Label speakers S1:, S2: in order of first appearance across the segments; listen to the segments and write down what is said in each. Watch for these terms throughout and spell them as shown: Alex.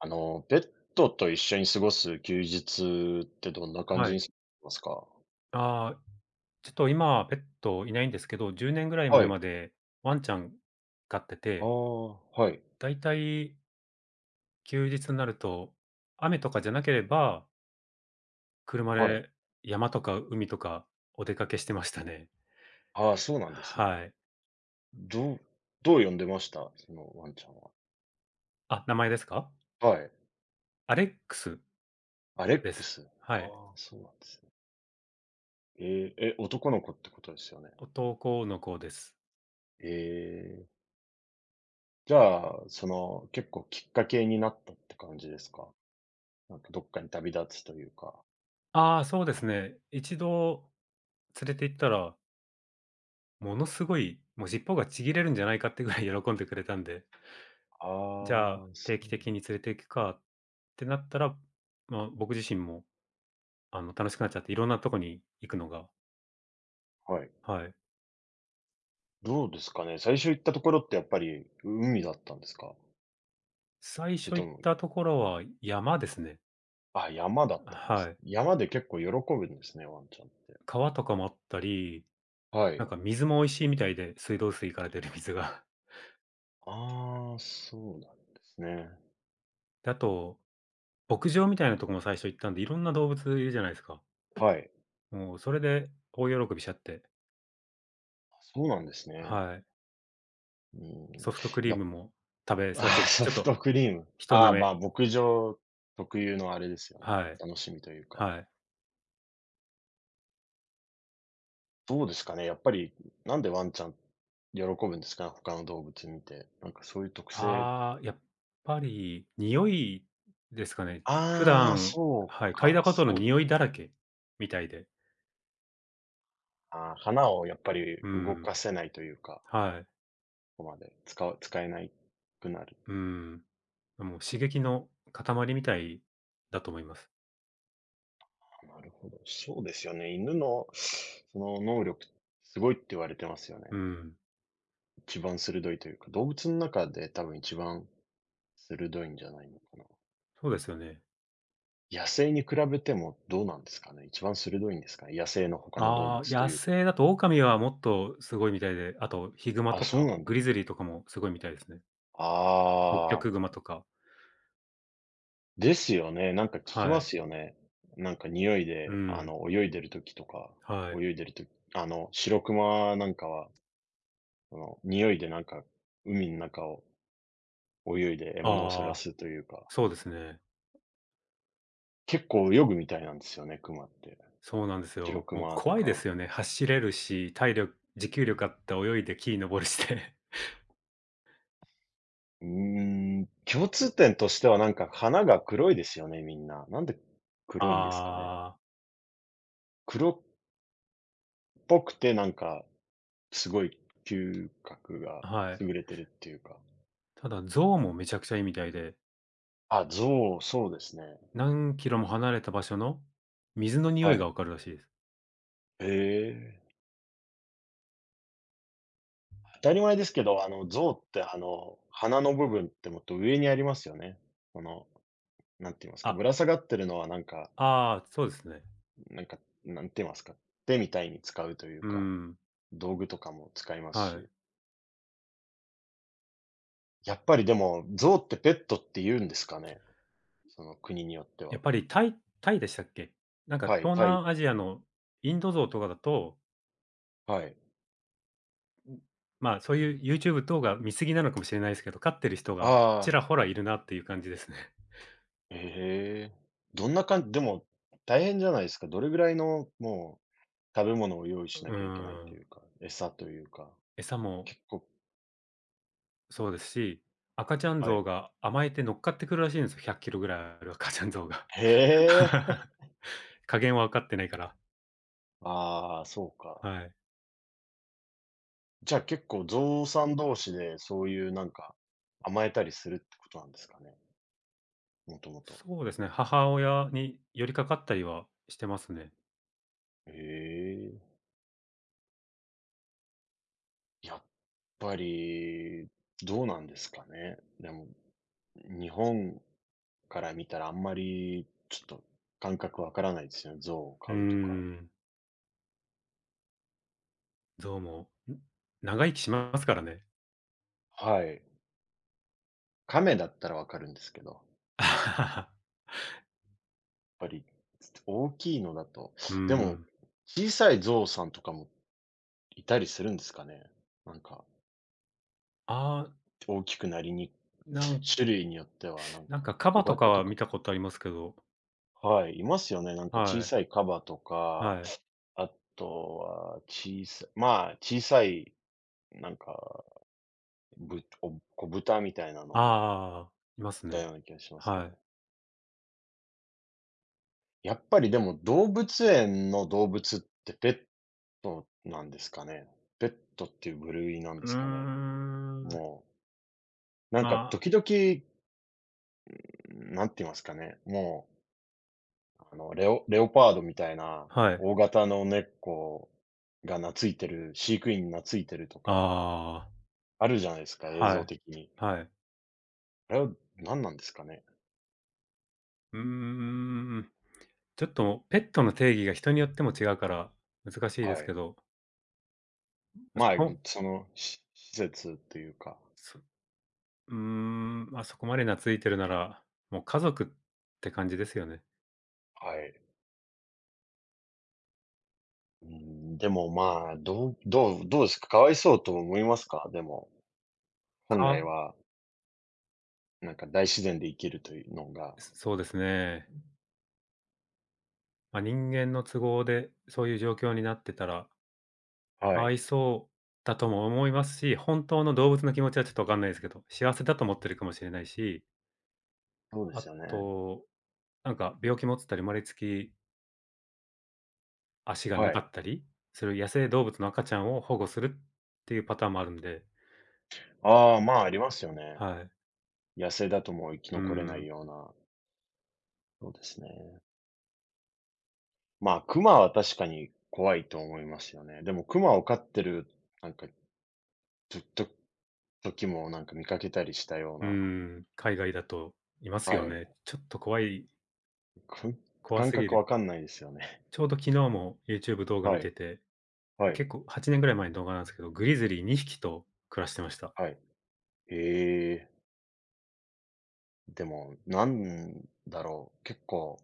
S1: ペットと一緒に過ごす休日ってどんな感
S2: は
S1: じ
S2: い。
S1: に過ごしますか？
S2: ああ、ちょっと今、ペットいないんですけど、10年ぐらい
S1: は
S2: 前ま
S1: い。
S2: でワンちゃん飼って
S1: ああ、
S2: て、
S1: はい、
S2: だいたい休日になると、雨とかじゃなければ、車
S1: はい。
S2: で山とか海とかお出かけしてましたね。
S1: ああ、そうなんですね。
S2: はい。
S1: どうどう呼んでました？そのワンちゃんは。
S2: あ、名前ですか？
S1: はい。
S2: アレックス
S1: アレ
S2: で
S1: ック
S2: す。
S1: ス。
S2: はい。
S1: ああ、そうなんですね。ええ、え、男の子ってことですよね？
S2: 男の子です。
S1: ええ、じゃあ、結構きっかけになったって感じですか？なんかどっかに旅立つというか。
S2: ああ、そうですね。一度連れて行ったら、ものすごい、もう尻尾がちぎれるんじゃないかってぐらい喜んでくれたんで。じゃあ、
S1: ああ、そ
S2: 定期的
S1: う。
S2: に連れて行くかってなったら、まあ、僕自身も、楽しくなっちゃって、いろんなとこに行くのが、
S1: はい。
S2: はい。
S1: どうですかね。最初行ったところってやっぱり海だったんですか？
S2: 最
S1: それ
S2: 初
S1: と
S2: 行っ
S1: も、
S2: たところは山ですね。
S1: あ、山だったんで
S2: は
S1: す。
S2: い。
S1: 山で結構喜ぶんですね、ワンちゃんって。
S2: 川とかもあったり、
S1: は
S2: なん
S1: い。
S2: か水も美味しいみたいで、水道水から出る水が。
S1: ああ、そうなんですね。
S2: で、あと、牧場みたいなとこも最初行ったんで、いろんな動物いるじゃないですか。
S1: はい。
S2: もう、それで大喜びしちゃって、
S1: そうなんですね。
S2: はい。
S1: う
S2: ソ
S1: ん。
S2: フトクリー
S1: やっ
S2: ムも食べ
S1: あ
S2: させ
S1: ー ソ
S2: ちょっ
S1: フ
S2: と、
S1: トクリーム。
S2: 人
S1: あ
S2: 舐
S1: あ、ま
S2: め
S1: あ、牧場特有のあれですよね。
S2: はい、
S1: 楽しみというか。
S2: はい。
S1: どうですかね、やっぱり、なんでワンちゃん喜ぶんですか？他の動物見て。なんかそういう特性
S2: ああ、やっぱり匂いですかね。普
S1: ああ、
S2: 段
S1: そ
S2: は
S1: う
S2: い、嗅いだ
S1: か、
S2: ことの
S1: そうです
S2: 匂
S1: ね
S2: いだらけみたいで、
S1: ああ、花をやっぱり
S2: う
S1: 動
S2: ん、
S1: かせないというか、
S2: はい、
S1: ここまで使えないくなる。
S2: うん。もう刺激の塊みたいだと思います。
S1: なるほど。そうですよね。犬のその能力、すごいって言われてますよ
S2: う
S1: ね。
S2: ん、
S1: 一番鋭いというか、動物の中で多分一番鋭いんじゃないのかな。
S2: そうですよね。
S1: 野生に比べてもどうなんですかね。一番鋭いんですかね。野生の他の動
S2: ああ、
S1: 物と
S2: 野
S1: いうか。
S2: 生だとオカミはもっとすごいみたいで、あとヒグマ
S1: あ、
S2: と
S1: そう
S2: か、
S1: なんだ。
S2: グリズリーとかもすごいみたいですね。ホッキョ
S1: あ
S2: クグ
S1: あ。
S2: マとか、
S1: ですよね。なんか聞き
S2: は
S1: ま
S2: い、
S1: すよね。なんか匂い
S2: う
S1: で、
S2: ん、
S1: 泳いでる時とか、
S2: はい。
S1: 泳いでるとクマなんかは、その、匂いでなんか、海の中を泳いで獲物を探
S2: ああ、
S1: すというか、
S2: そうですね。
S1: 結構泳ぐみたいなんですよね、クマって。
S2: そうなんですよ。もう
S1: クマと
S2: 怖いで
S1: か。
S2: すよね。走れるし、体力持久力あって泳いで木登るして。
S1: うーん、共通点としてはなんか花が黒いですよね、みんな。なんで黒いんですかね。
S2: あ
S1: 黒っぽくてなんか、すごい嗅覚が
S2: あ、はい。
S1: 優れてるっていうか。
S2: ただ象もめちゃくちゃいいみたいで、
S1: あ、象、そうですね。
S2: 何キロも離れた場所の水の匂
S1: は
S2: いが
S1: い。
S2: わかるらしいです。
S1: へえ。当たり前ですけど、象って鼻の部分ってもっと上にありますよね。この、なんて言いますか、ぶ
S2: あ、
S1: ら下がってるのはなんか、
S2: ああ、そうですね。
S1: なんか、なんて言いますか、手みたいに使うという
S2: うー
S1: か、
S2: ん、
S1: 道具とかも使います
S2: はい。
S1: し。やっぱりでも、象ってペットって言うんですかね？その国によって
S2: やっ
S1: は。
S2: ぱりタイでしたっけ？なんか
S1: はい、
S2: 東
S1: タイ
S2: 南アジアのインド象とかだと、
S1: はい。
S2: まあ、そういう YouTube 等が見過ぎなのかもしれないですけど、飼ってる人がち
S1: ああ、
S2: らほらいるなっていう感じですね。
S1: ええ。どんな感じでも、大変じゃないですか？どれぐらいの、もう、食べ物を用意し
S2: う
S1: なきゃいけない
S2: ー
S1: と
S2: ん。
S1: いうか、餌というか。
S2: 餌も
S1: 結構
S2: そうですし、赤ちゃん
S1: は
S2: 象
S1: い。
S2: が甘えて乗っかってくるらしいんですよ、100キロぐらいある赤ちゃん象が。
S1: へえ。
S2: 加減は分かってないから。
S1: ああ、そうか。
S2: はい。
S1: じゃあ結構ゾウさん同士で、そういうなんか、甘えたりするってことなんですかね？もともと。
S2: そうですね、母親に寄りかかったりはしてますね。
S1: へえ。やっぱり、どうなんですかね。でも、日本から見たらあんまり、ちょっと感覚わからないですよね、ゾウを
S2: うー
S1: 飼うとか。
S2: ん、象も、長生きしますからね。
S1: はい。亀だったらわかるんですけど、やっ ぱり、大きいのだと。
S2: うー
S1: でも、
S2: ん。
S1: 小さいゾウさんとかもいたりするんですかね？なんか、
S2: ああ、
S1: 大きくなりに
S2: なん
S1: 種類によってはなん
S2: なん
S1: か、
S2: かカバ
S1: 小
S2: とか
S1: 型
S2: は
S1: とか
S2: 見たことありますけど、
S1: はい、いますよね。なんか小
S2: はい、
S1: さいカバとか、
S2: はい。
S1: あとは小さいまあ、小さいなんか、小豚みたいなの
S2: あ
S1: も
S2: ああ、います
S1: いた
S2: ね。
S1: ような気がしますけ
S2: はい。
S1: ど。やっぱりでも動物園の動物ってペットなんですかね？ペットっていう部類なん
S2: う
S1: ですかね？
S2: ーん、
S1: もう、なんか
S2: まあ
S1: 時々、なんて言いますかね、もうレオパードみたいな
S2: はい。
S1: 大型の猫が懐いてる、飼育員に懐いてるとか、
S2: ああ。
S1: あるじゃないですか、映
S2: は
S1: 像
S2: い。
S1: 的に。
S2: はい。
S1: あれは何なんですかね？
S2: うーん。ちょっとペットの定義が人によっても違うから難しいで
S1: は
S2: す
S1: い。
S2: けど、まそ
S1: まあ、
S2: こ
S1: その、施設っていうか、
S2: そ、うーん、ま、そこまで懐いてるなら、もう家族って感じですよね。
S1: はい。うん、でも、まあ、どうですか？かわいそうと思いますか？でも、本来
S2: か
S1: は、なんか大自然で生きるというのが
S2: そうですね。ま、人間の都合でそういう状況になってたら、
S1: は
S2: かわ
S1: い、
S2: いそうだとも思いますし、本当の動物の気持ちはちょっとわかんないですけど、幸せだと思ってるかもしれないし、
S1: そうで
S2: あ
S1: すよね。
S2: と、なんか病気持ってたり生まれつき足が
S1: は
S2: なか
S1: い。
S2: ったりする野生動物の赤ちゃんを保護するっていうパターンもあるんで、
S1: ああ、まあ、ありますよね。
S2: はい。
S1: 野生だともう生き
S2: う
S1: 残れない
S2: ん。
S1: ような、そうですね。まあ、クマは確かに怖いと思いますよね。でもクマを飼ってる、なんか、とと時もなんか見かけたりしたよう
S2: う
S1: な、
S2: ん。海外だといます
S1: は
S2: よ
S1: い。
S2: ね。ちょっと怖い、
S1: く
S2: 怖
S1: 感
S2: すぎ
S1: 覚
S2: る。
S1: わかんないですよね。
S2: ちょうど昨日も YouTube 動 画
S1: は
S2: 見て
S1: い、
S2: て、
S1: はい、
S2: 結構8年ぐらい前の動画なんですけど、グリズリー2匹と暮らしてました。
S1: はい。へえ。でも、なんだろう、結構、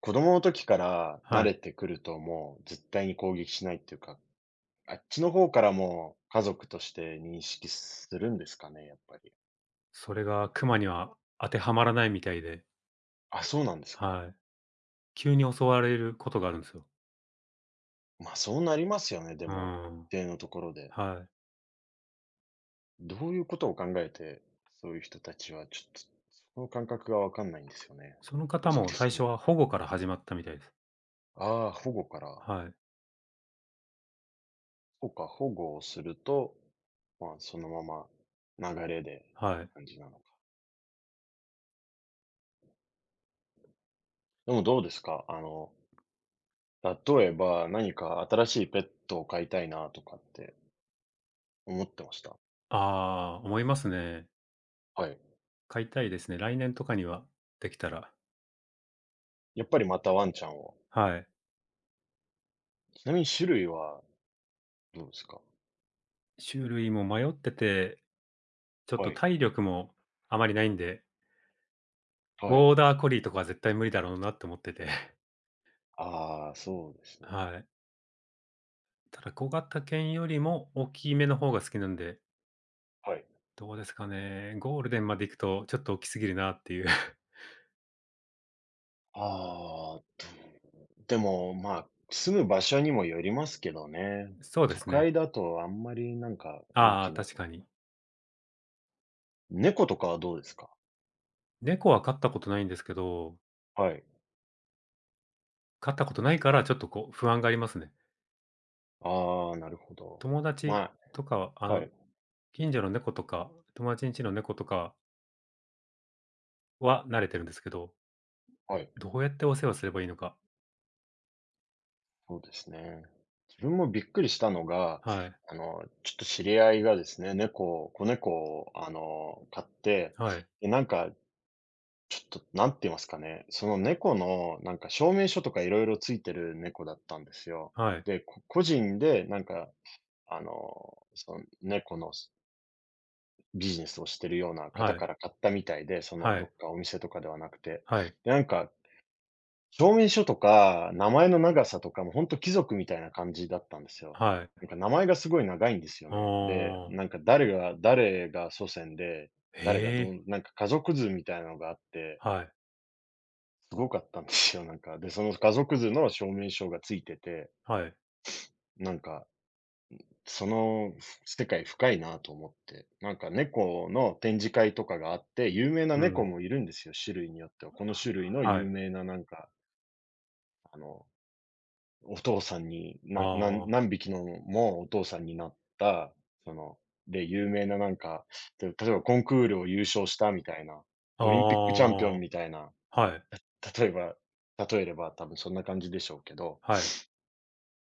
S1: 子供の時から慣
S2: はい。
S1: れてくるともう絶対に攻撃しないっていうか、あっちの方からも家族として認識するんですかね、やっぱり。
S2: それが熊には当てはまらないみたいで、
S1: あ、そうなんですか。
S2: はい。急に襲われることがあるんですよ。
S1: まあ、そうなりますよね、で
S2: う
S1: も、
S2: ん。
S1: 一定のところで。
S2: はい。
S1: どういうことを考えて、そういう人たちは、ちょっと、その感覚がわかんないんですよね。
S2: その
S1: 個
S2: 方
S1: 人
S2: も最
S1: 的に
S2: 初
S1: は。
S2: は保護から始まったみたいです。
S1: ああ、保護から。
S2: はい。
S1: そうか、保護をすると、まあ、そのまま流れで
S2: はい。
S1: 感じなのか。でもどうですか例えば何か新しいペットを飼いたいなとかって思ってました。
S2: ああ、思いますね。
S1: はい。
S2: 買いたいですね。来年とかにはできたら。
S1: やっぱりまたワンちゃんを。
S2: はい。
S1: ちなみに種類はどうですか
S2: 種類も迷ってて、ちょっと
S1: はい。
S2: 体力もあまりないんで、
S1: はい。
S2: ボーダーコリーとかは絶対無理だろうなって思ってて。
S1: ああ、そうで すね。
S2: はい。ただ小型犬よりも大きめの方が好きなんで、
S1: はい。
S2: どうですかね。ゴールデンまで行くとちょっと大きすぎるなっていう。
S1: ああ、でも、まあ、住む場所にもよりますけどね。
S2: そうで
S1: 都
S2: すね。
S1: 会だとあんまりなんか大
S2: ああ、
S1: きな
S2: 確かに。
S1: 猫とかはどうですか？
S2: 猫は飼ったことないんですけど、
S1: はい。
S2: 飼ったことないからちょっとこう不安がありますね。
S1: ああ、なるほど。
S2: 友達
S1: ま
S2: とかは、
S1: あはい、
S2: 近所の猫とか、友達ん家の猫とかは慣れてるんですけど、
S1: はい、
S2: どうやってお世話すればいいのか。
S1: そうですね。自分もびっくりしたのが、
S2: はい、
S1: ちょっと知り合いがですね、子猫を買って、
S2: はい、
S1: で、なんかちょっと、なんて言いますかね、その猫の、なんか証明書とかいろいろついてる猫だったんですよ。
S2: はい、
S1: で、個人でなんか、あの、その猫のビジネスをしてるような方
S2: はい、
S1: から買ったみたいで、その
S2: は
S1: ど
S2: い、
S1: っかお店とかではなくて。
S2: はい、
S1: で、なんか、証明書とか名前の長さとかもほんと貴族みたいな感じだったんですよ。
S2: はい。
S1: なんか名前がすごい長いんですよ
S2: あ
S1: ね。で、
S2: あ、
S1: なんか誰が祖先で、
S2: へ
S1: 誰が
S2: え、
S1: どんなんか家族図みたいなのがあって
S2: はい、
S1: すごかったんですよ、なんか。で、その家族図の証明書がついてて、
S2: はい、
S1: なんか、その世界深いなと思って。なんか猫の展示会とかがあって、有名な
S2: う
S1: 猫
S2: ん、
S1: もいるんですよ、種類によっては。この種類の
S2: は
S1: 有
S2: い、
S1: 名ななんか、あの、お父さんに、
S2: あ
S1: ななん
S2: あ、
S1: 何匹のもお父さんになった、その、で、有名ななんか、例えばコンクールを優勝したみたいな、
S2: あ
S1: オリンピックチャンピオ
S2: あ、
S1: ンみたいな、
S2: はい、
S1: 例えば例えれば多分そんな感じでしょうけど
S2: はい、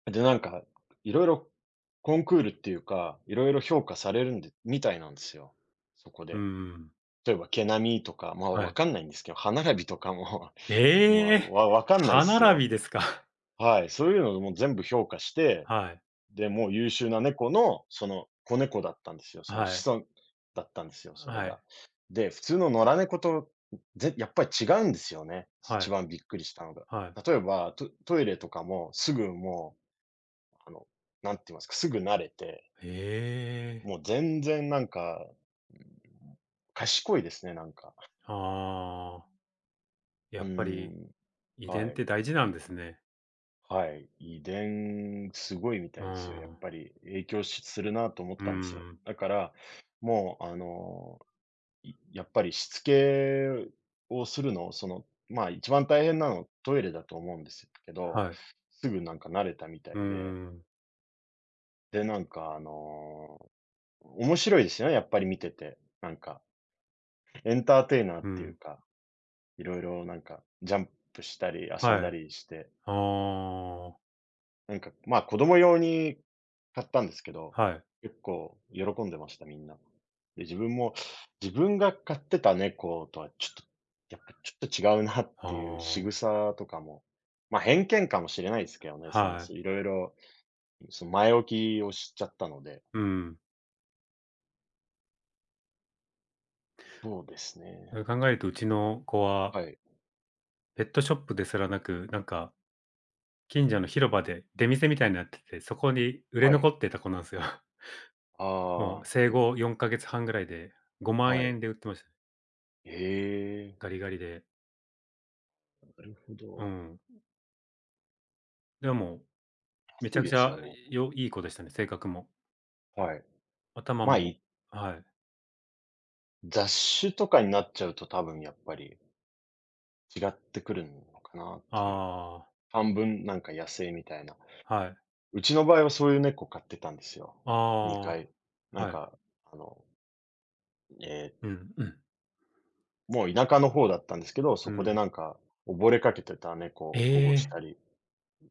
S1: で、なんか、いろいろコンクールっていうか、いろいろ評価されるんでみたいなんですよ、そこ
S2: う
S1: で。
S2: ん、
S1: 例えば毛並みとか、まあ、
S2: は
S1: わ
S2: い。
S1: かんないんですけど、歯並びとかも まあ、
S2: ええ、
S1: わかんないっ
S2: 歯
S1: す
S2: 並
S1: よ。
S2: びですか。
S1: はい、そういうのも全部評価して、
S2: はい、
S1: で、もう優秀な猫の、その子猫だったんですよ。その
S2: はい、
S1: 子孫だったんですよ、それ
S2: はい、
S1: が。で、普通の野良猫と、やっぱり違うんですよね、
S2: は
S1: 一
S2: い、
S1: 番びっくりしたのが。
S2: はい。
S1: 例えば、トイレとかもすぐもあの、なんて言いますか、すぐ慣れて、
S2: ええ、
S1: もう全然なんか、うん、賢いですね、なんか。
S2: ああ、や
S1: うー
S2: っぱり
S1: ん、
S2: 遺伝
S1: は
S2: っ
S1: い、
S2: て大事なんですね。
S1: はい。遺伝すごいみ
S2: あ
S1: たいですよ。やっ
S2: あ、
S1: ぱり影響しするなと思っ
S2: う
S1: たんですよ。
S2: ん、
S1: だから、もうやっぱりしつけをするの、その、まあ、一番大変なのトイレだと思うんですけど、
S2: はい。
S1: すぐなんか慣れたみた
S2: う
S1: いで、
S2: ん、
S1: で、なんか面白いですよね、やっぱり見てて、なんか。エンターテイナー
S2: う
S1: っていう
S2: ん、
S1: か、いろいろなんか、ジャンプしたり遊ん
S2: は
S1: だ
S2: い。
S1: りして、
S2: ああ、
S1: なんか、まあ、子供用に買ったんですけど、
S2: はい。
S1: 結構喜んでました、みんな。で、自分も、自分が飼ってた猫とはちょっと、やっぱちょっと違うなっ
S2: あ
S1: ていう仕
S2: あ、
S1: 草とかも、まあ、偏見かもしれないですけどね、その、
S2: はい。
S1: いろいろ、その前置きを知っちゃったので。
S2: うん。
S1: そうですね。
S2: 考えるとうちの子は、
S1: はい、
S2: ペットショップですらなく、なんか、近所の広場で出店みたいになってて、そこに売れ
S1: はい。
S2: 残ってた子なんですよ。もう
S1: ああ、
S2: 生
S1: でも
S2: 後4か月半ぐらいで、5万
S1: は
S2: 円
S1: い。
S2: で売ってましたね。
S1: ええ、
S2: ガリガリで。
S1: なるほ
S2: う
S1: ど。
S2: ん。でも、めち
S1: 安
S2: ゃ
S1: い
S2: く
S1: で
S2: ち
S1: すよ
S2: ゃ
S1: ね。
S2: いい子でしたね、性格も。
S1: はい。
S2: 頭
S1: まあ、
S2: もはい。
S1: 雑種とかになっちゃうと多分やっぱり違ってくるのかなっていう。
S2: ああ、
S1: 半分なんか野生みたいな。
S2: はい。
S1: うちの場合はそういう猫飼ってたんですよ。2
S2: あ
S1: 回。な
S2: あ、
S1: ん
S2: はい。
S1: か、あの、
S2: う
S1: え
S2: ん、うん、
S1: もう田舎の方だったんですけど、
S2: う
S1: そこで
S2: ん。
S1: なんか溺れかけてた猫
S2: え
S1: を保護し
S2: え、
S1: たり、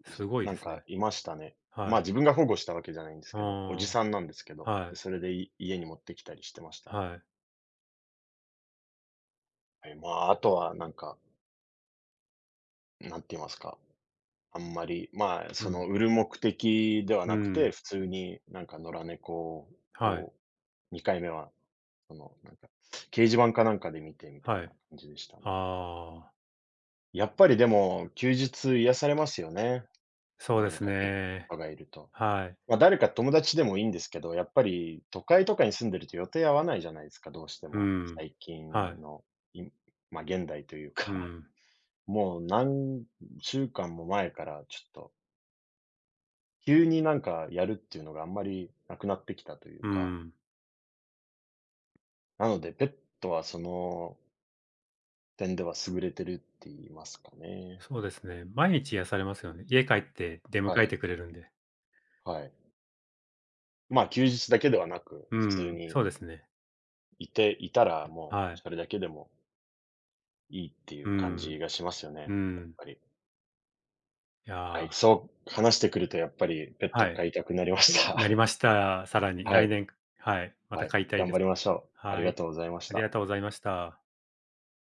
S2: すごい
S1: な
S2: で
S1: ん
S2: す
S1: か
S2: ね。
S1: いましたね。
S2: は
S1: ま
S2: い。
S1: あ、自分が保護したわけじゃないんです
S2: あ
S1: けど、おじさんなんですけ
S2: あ、
S1: ど、
S2: は
S1: で、
S2: い、
S1: それで家に持ってきたりしてましたね。
S2: はい。
S1: はい、まあ、あとはなんか、何て言いますかあんまり、まあ、
S2: う
S1: そ
S2: ん、
S1: の、売る目的では
S2: う
S1: なく
S2: ん、
S1: て、普通になんか野良猫
S2: はい、
S1: を、2回目は、その、なんか、掲示板かなんかで見てみたい
S2: は
S1: な
S2: い。
S1: 感じでしたね。
S2: ああ、
S1: やっぱりでも、休日癒されますよね。
S2: そうで
S1: 何
S2: す
S1: かペッ
S2: ね。
S1: トがいると。
S2: はい。
S1: まあ、誰か友達でもいいんですけど、やっぱり都会とかに住んでると予定合わないじゃないですか、どうして
S2: う
S1: も。
S2: ん、
S1: 最近
S2: はい。
S1: の、いまあ、現代という
S2: う
S1: か、
S2: ん、
S1: もう何週間も前からちょっと急になんかやるっていうのがあんまりなくなってきたという
S2: う
S1: か、
S2: ん。
S1: なので、ペットはその点では優れてるって言いますかね。
S2: そうですね。毎日癒されますよね。家帰って出迎
S1: は
S2: え
S1: い。
S2: てくれるんで。
S1: はい。まあ、休日だけではなく、
S2: う
S1: 普通
S2: ん、
S1: に
S2: そうですね。
S1: いていたらも
S2: は
S1: う
S2: い。
S1: それだけでもいいってい
S2: う
S1: う感じ
S2: ん、
S1: がしますよ
S2: う
S1: ね、やっ
S2: ん。
S1: ぱり。
S2: い
S1: は
S2: や
S1: い、
S2: ー、
S1: そう、話してくるとやっぱりペッ
S2: は
S1: ト飼
S2: い。
S1: いたくなりました。
S2: なり ました。さらに
S1: は
S2: 来
S1: い、
S2: 年、はい、ま
S1: は
S2: た
S1: い、
S2: 買いたい
S1: 頑
S2: で
S1: 張
S2: す。
S1: りましょう。あり
S2: は
S1: が
S2: い。
S1: とうございまし
S2: あり
S1: た。
S2: がとうございました。